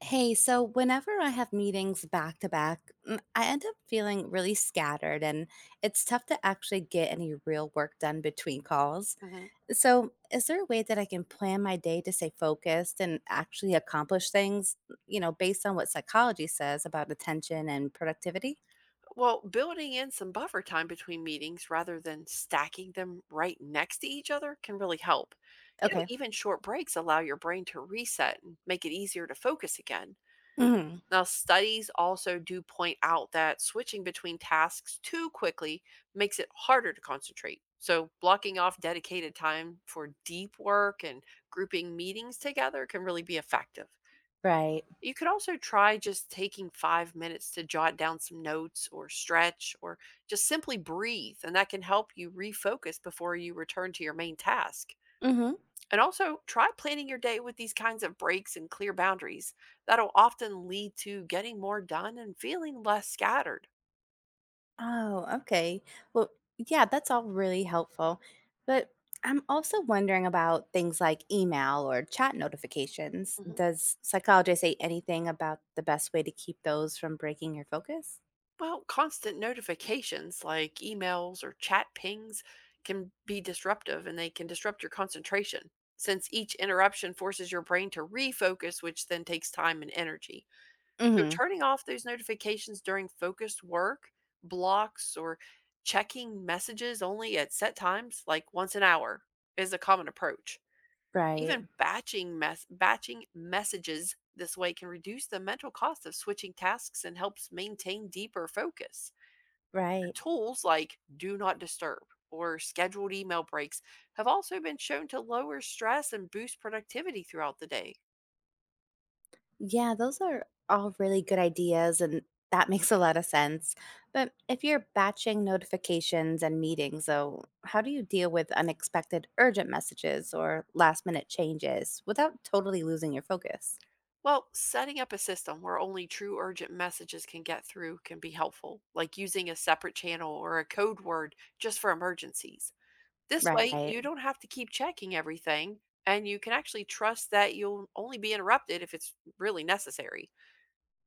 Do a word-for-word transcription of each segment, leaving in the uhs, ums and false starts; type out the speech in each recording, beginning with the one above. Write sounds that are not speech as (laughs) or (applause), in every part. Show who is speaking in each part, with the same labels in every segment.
Speaker 1: Hey, so whenever I have meetings back to back, mm, I end up feeling really scattered and it's tough to actually get any real work done between calls.
Speaker 2: Mhm.
Speaker 1: So, is there a way that I can plan my day to stay focused and actually accomplish things, you know, based on what psychology says about attention and productivity?
Speaker 2: Well, building in some buffer time between meetings rather than stacking them right next to each other can really help. You know,
Speaker 1: Okay.
Speaker 2: even short breaks allow your brain to reset and make it easier to focus again.
Speaker 1: Hmm.
Speaker 2: Now, studies also do point out that switching between tasks too quickly makes it harder to concentrate. So, blocking off dedicated time for deep work and grouping meetings together can really be effective.
Speaker 1: Right.
Speaker 2: You could also try just taking five minutes to jot down some notes or stretch or just simply breathe, and that can help you refocus before you return to your main task. And also try planning your day with these kinds of breaks and clear boundaries. That'll often lead to getting more done and feeling less scattered.
Speaker 1: Oh, okay. Well, yeah, that's all really helpful. But I'm also wondering about things like email or chat notifications.
Speaker 2: Mhm.
Speaker 1: Does psychology say anything about the best way to keep those from breaking your focus?
Speaker 2: Well, constant notifications like emails or chat pings can be disruptive and they can disrupt your concentration since each interruption forces your brain to refocus, which then takes time and energy. So,
Speaker 1: Hmm.
Speaker 2: turning off those notifications during focused work, blocks, or checking messages only at set times, like once an hour, is a common approach.
Speaker 1: Right,
Speaker 2: Even batching mess batching messages this way can reduce the mental cost of switching tasks and helps maintain deeper focus.
Speaker 1: right.
Speaker 2: Tools like Do Not Disturb or scheduled email breaks have also been shown to lower stress and boost productivity throughout the day.
Speaker 1: Yeah, those are all really good ideas, and that makes a lot of sense. But if you're batching notifications and meetings, though, how do you deal with unexpected urgent messages or last minute changes without totally losing your focus?
Speaker 2: Well, setting up a system where only true urgent messages can get through can be helpful, like using a separate channel or a code word just for emergencies. This way,
Speaker 1: Right.
Speaker 2: you don't have to keep checking everything, and you can actually trust that you'll only be interrupted if it's really necessary.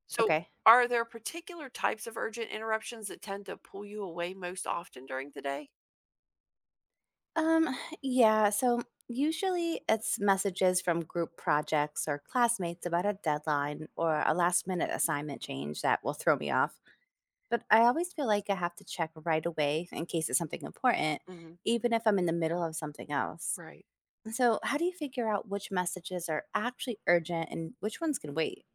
Speaker 2: So,
Speaker 1: Okay.
Speaker 2: are there particular types of urgent interruptions that tend to pull you away most often during the day?
Speaker 1: Um, yeah, so usually it's messages from group projects or classmates about a deadline or a last minute assignment change that will throw me off. But I always feel like I have to check right away in case it's something important,
Speaker 2: Hmm.
Speaker 1: even if I'm in the middle of something else.
Speaker 2: Right.
Speaker 1: So, how do you figure out which messages are actually urgent and which ones can wait?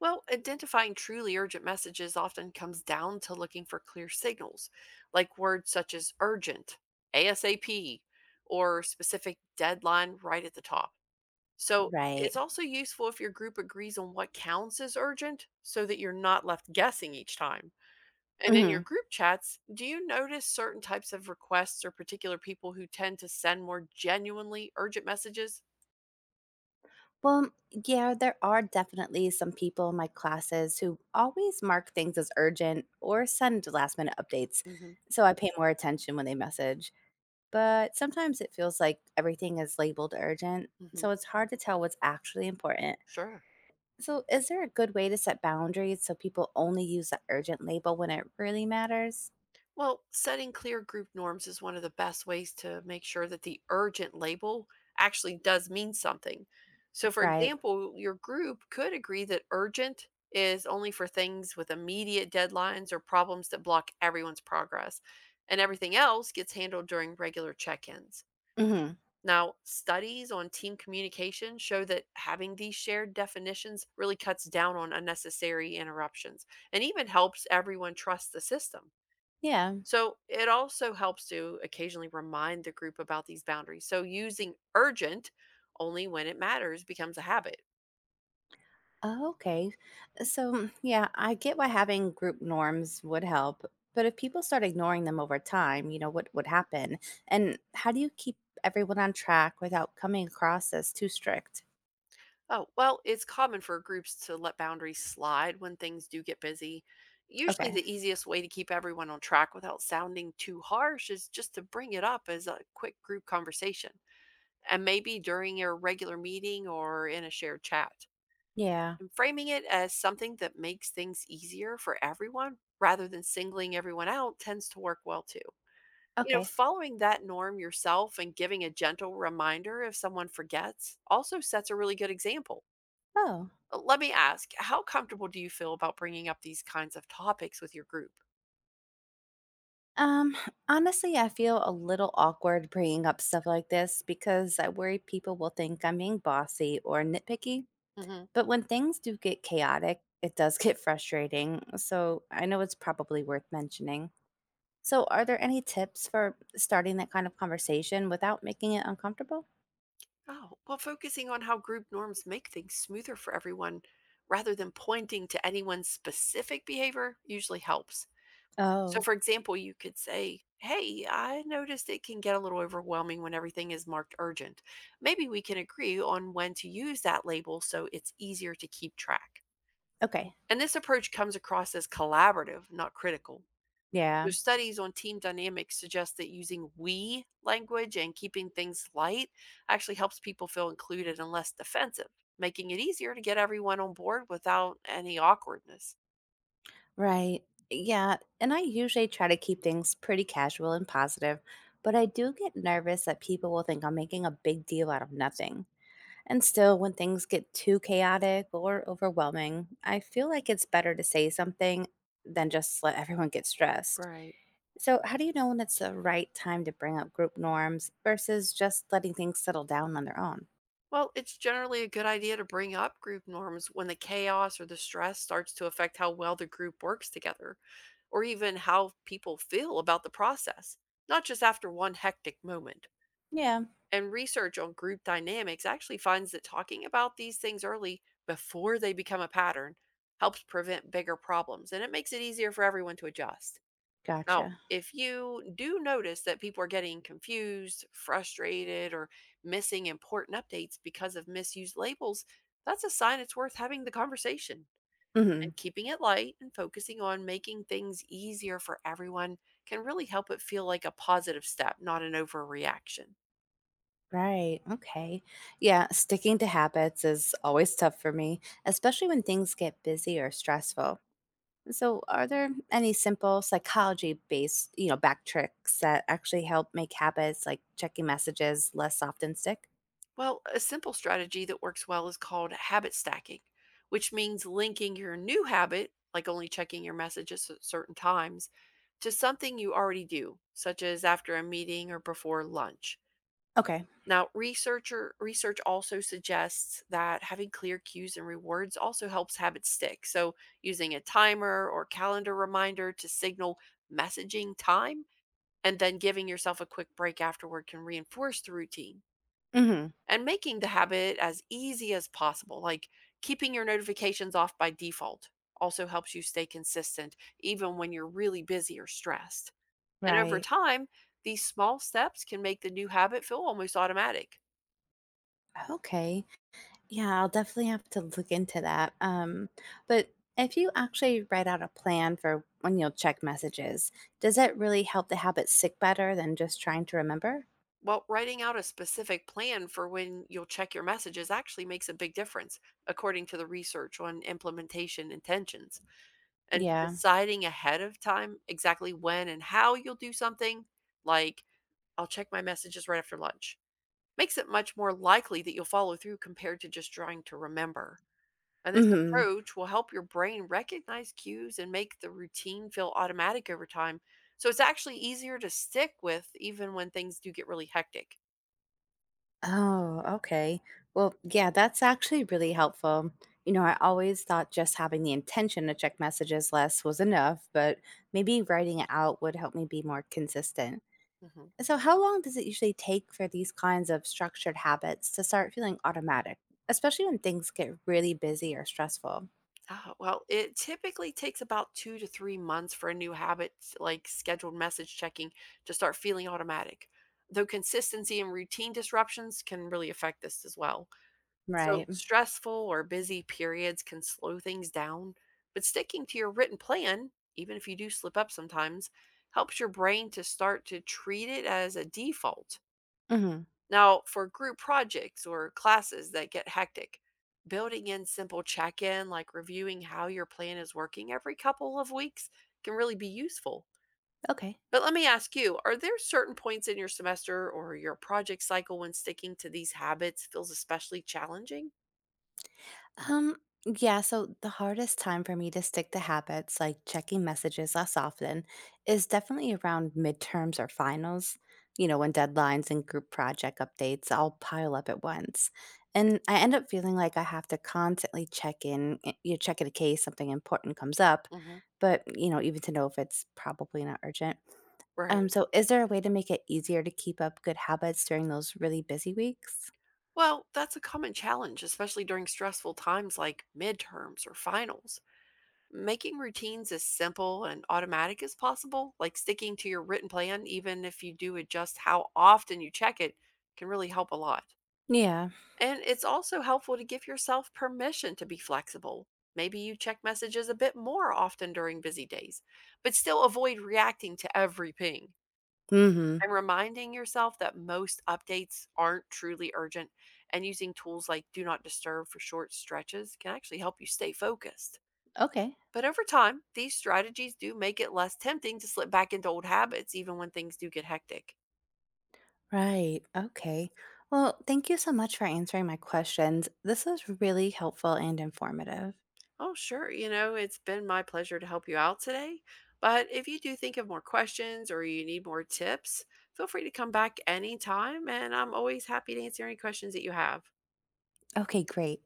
Speaker 2: Well, identifying truly urgent messages often comes down to looking for clear signals, like words such as urgent, ASAP, or specific deadline right at the top. So
Speaker 1: Right.
Speaker 2: it's also useful if your group agrees on what counts as urgent so that you're not left guessing each time. And in
Speaker 1: Hmm.
Speaker 2: your group chats, do you notice certain types of requests or particular people who tend to send more genuinely urgent messages?
Speaker 1: Well, yeah, there are definitely some people in my classes who always mark things as urgent or send last minute updates.
Speaker 2: hmm
Speaker 1: So, I pay more attention when they message. But sometimes it feels like everything is labeled urgent.
Speaker 2: hmm
Speaker 1: So, it's hard to tell what's actually important.
Speaker 2: Sure.
Speaker 1: So, is there a good way to set boundaries so people only use the urgent label when it really matters?
Speaker 2: Well, setting clear group norms is one of the best ways to make sure that the urgent label actually does mean something. So, for
Speaker 1: Right.
Speaker 2: example, your group could agree that urgent is only for things with immediate deadlines or problems that block everyone's progress, and everything else gets handled during regular check ins.
Speaker 1: Hmm.
Speaker 2: Now, studies on team communication show that having these shared definitions really cuts down on unnecessary interruptions and even helps everyone trust the system.
Speaker 1: Yeah.
Speaker 2: So, it also helps to occasionally remind the group about these boundaries. So, using urgent only when it matters becomes a habit.
Speaker 1: Oh, okay. So, yeah, I get why having group norms would help. But if people start ignoring them over time, you know, what would happen? And how do you keep everyone on track without coming across as too strict?
Speaker 2: Oh, well, it's common for groups to let boundaries slide when things do get busy. Usually,
Speaker 1: Okay.
Speaker 2: the easiest way to keep everyone on track without sounding too harsh is just to bring it up as a quick group conversation, and maybe during your regular meeting or in a shared chat.
Speaker 1: Yeah.
Speaker 2: And framing it as something that makes things easier for everyone rather than singling everyone out tends to work well too. You know,
Speaker 1: Okay.
Speaker 2: following that norm yourself and giving a gentle reminder if someone forgets also sets a really good example.
Speaker 1: Oh.
Speaker 2: Uh, Let me ask, how comfortable do you feel about bringing up these kinds of topics with your group?
Speaker 1: Um, Honestly, I feel a little awkward bringing up stuff like this because I worry people will think I'm being bossy or nitpicky.
Speaker 2: Mhm.
Speaker 1: But when things do get chaotic, it does (laughs) get frustrating. So I know it's probably worth mentioning. So, are there any tips for starting that kind of conversation without making it uncomfortable?
Speaker 2: Oh, well, focusing on how group norms make things smoother for everyone rather than pointing to anyone's specific behavior usually helps. So,
Speaker 1: Oh,
Speaker 2: for example, you could say, "Hey, I noticed it can get a little overwhelming when everything is marked urgent. Maybe we can agree on when to use that label so it's easier to keep track."
Speaker 1: okay.
Speaker 2: And this approach comes across as collaborative, not critical. Their
Speaker 1: Yeah,
Speaker 2: studies on team dynamics suggest that using "we" language and keeping things light actually helps people feel included and less defensive, making it easier to get everyone on board without any awkwardness.
Speaker 1: right. Yeah. And I usually try to keep things pretty casual and positive, but I do get nervous that people will think I'm making a big deal out of nothing. And still, when things get too chaotic or overwhelming, I feel like it's better to say something than just let everyone get stressed.
Speaker 2: Right.
Speaker 1: So, how do you know when it's the right time to bring up group norms versus just letting things settle down on their own?
Speaker 2: Well, it's generally a good idea to bring up group norms when the chaos or the stress starts to affect how well the group works together, or even how people feel about the process, not just after one hectic moment.
Speaker 1: Yeah,
Speaker 2: And research on group dynamics actually finds that talking about these things early before they become a pattern helps prevent bigger problems and it makes it easier for everyone to adjust. Now,
Speaker 1: gotcha.
Speaker 2: if you do notice that people are getting confused, frustrated, or missing important updates because of misused labels, that's a sign it's worth having the conversation.
Speaker 1: Hmm.
Speaker 2: And keeping it light and focusing on making things easier for everyone can really help it feel like a positive step, not an overreaction.
Speaker 1: Right. Okay. Yeah, sticking to habits is always tough for me, especially when things get busy or stressful. So, are there any simple psychology based, you know, back tricks that actually help make habits like checking messages less often stick?
Speaker 2: Well, a simple strategy that works well is called habit stacking, which means linking your new habit, like only checking your messages at certain times, to something you already do, such as after a meeting or before lunch.
Speaker 1: Okay.
Speaker 2: Now, researcher research also suggests that having clear cues and rewards also helps habits stick. So, using a timer or calendar reminder to signal messaging time and then giving yourself a quick break afterward can reinforce the routine,
Speaker 1: Hmm.
Speaker 2: and making the habit as easy as possible, like keeping your notifications off by default, also helps you stay consistent even when you're really busy or stressed. And over
Speaker 1: Right.
Speaker 2: time, these small steps can make the new habit feel almost automatic.
Speaker 1: Okay. Yeah, I'll definitely have to look into that. Um, but if you actually write out a plan for when you'll check messages, does that really help the habit stick better than just trying to remember?
Speaker 2: Well, writing out a specific plan for when you'll check your messages actually makes a big difference, according to the research on implementation intentions. And
Speaker 1: Yeah.
Speaker 2: deciding ahead of time exactly when and how you'll do something, like "I'll check my messages right after lunch," makes it much more likely that you'll follow through compared to just trying to remember. And this
Speaker 1: Hmm.
Speaker 2: approach will help your brain recognize cues and make the routine feel automatic over time. So it's actually easier to stick with even when things do get really hectic.
Speaker 1: Oh, okay. Well, yeah, that's actually really helpful. You know, I always thought just having the intention to check messages less was enough, but maybe writing it out would help me be more consistent.
Speaker 2: Mhm.
Speaker 1: So, how long does it usually take for these kinds of structured habits to start feeling automatic, especially when things get really busy or stressful?
Speaker 2: Ah, well, it typically takes about two to three months for a new habit like scheduled message checking to start feeling automatic, though consistency and routine disruptions can really affect this as well. So,
Speaker 1: Right.
Speaker 2: stressful or busy periods can slow things down, but sticking to your written plan, even if you do slip up sometimes, helps your brain to start to treat it as a default.
Speaker 1: Hmm.
Speaker 2: Now, for group projects or classes that get hectic, building in simple check in, like reviewing how your plan is working every couple of weeks, can really be useful.
Speaker 1: Okay.
Speaker 2: But let me ask you, are there certain points in your semester or your project cycle when sticking to these habits feels especially challenging?
Speaker 1: Um, yeah, so the hardest time for me to stick to habits like checking messages less often is definitely around midterms or finals. You know, when deadlines and group project updates all pile up at once. And I end up feeling like I have to constantly check in, eh, you know, check in case something important comes up,
Speaker 2: Hmm.
Speaker 1: but you know, even to know if it's probably not urgent. Um,
Speaker 2: Right.
Speaker 1: so is there a way to make it easier to keep up good habits during those really busy weeks?
Speaker 2: Well, that's a common challenge, especially during stressful times like midterms or finals. Making routines as simple and automatic as possible, like sticking to your written plan, even if you do adjust how often you check it, can really help a lot.
Speaker 1: Yeah.
Speaker 2: And it's also helpful to give yourself permission to be flexible. Maybe you check messages a bit more often during busy days, but still avoid reacting to every ping
Speaker 1: Mm-hmm.
Speaker 2: and reminding yourself that most updates aren't truly urgent, and using tools like Do Not Disturb for short stretches can actually help you stay focused.
Speaker 1: Okay.
Speaker 2: But over time, these strategies do make it less tempting to slip back into old habits, even when things do get hectic.
Speaker 1: Right. Okay. Well, thank you so much for answering my questions. This was really helpful and informative.
Speaker 2: Oh, sure. You know, it's been my pleasure to help you out today. But if you do think of more questions or you need more tips, feel free to come back anytime. And I'm always happy to answer any questions that you have.
Speaker 1: Okay, great.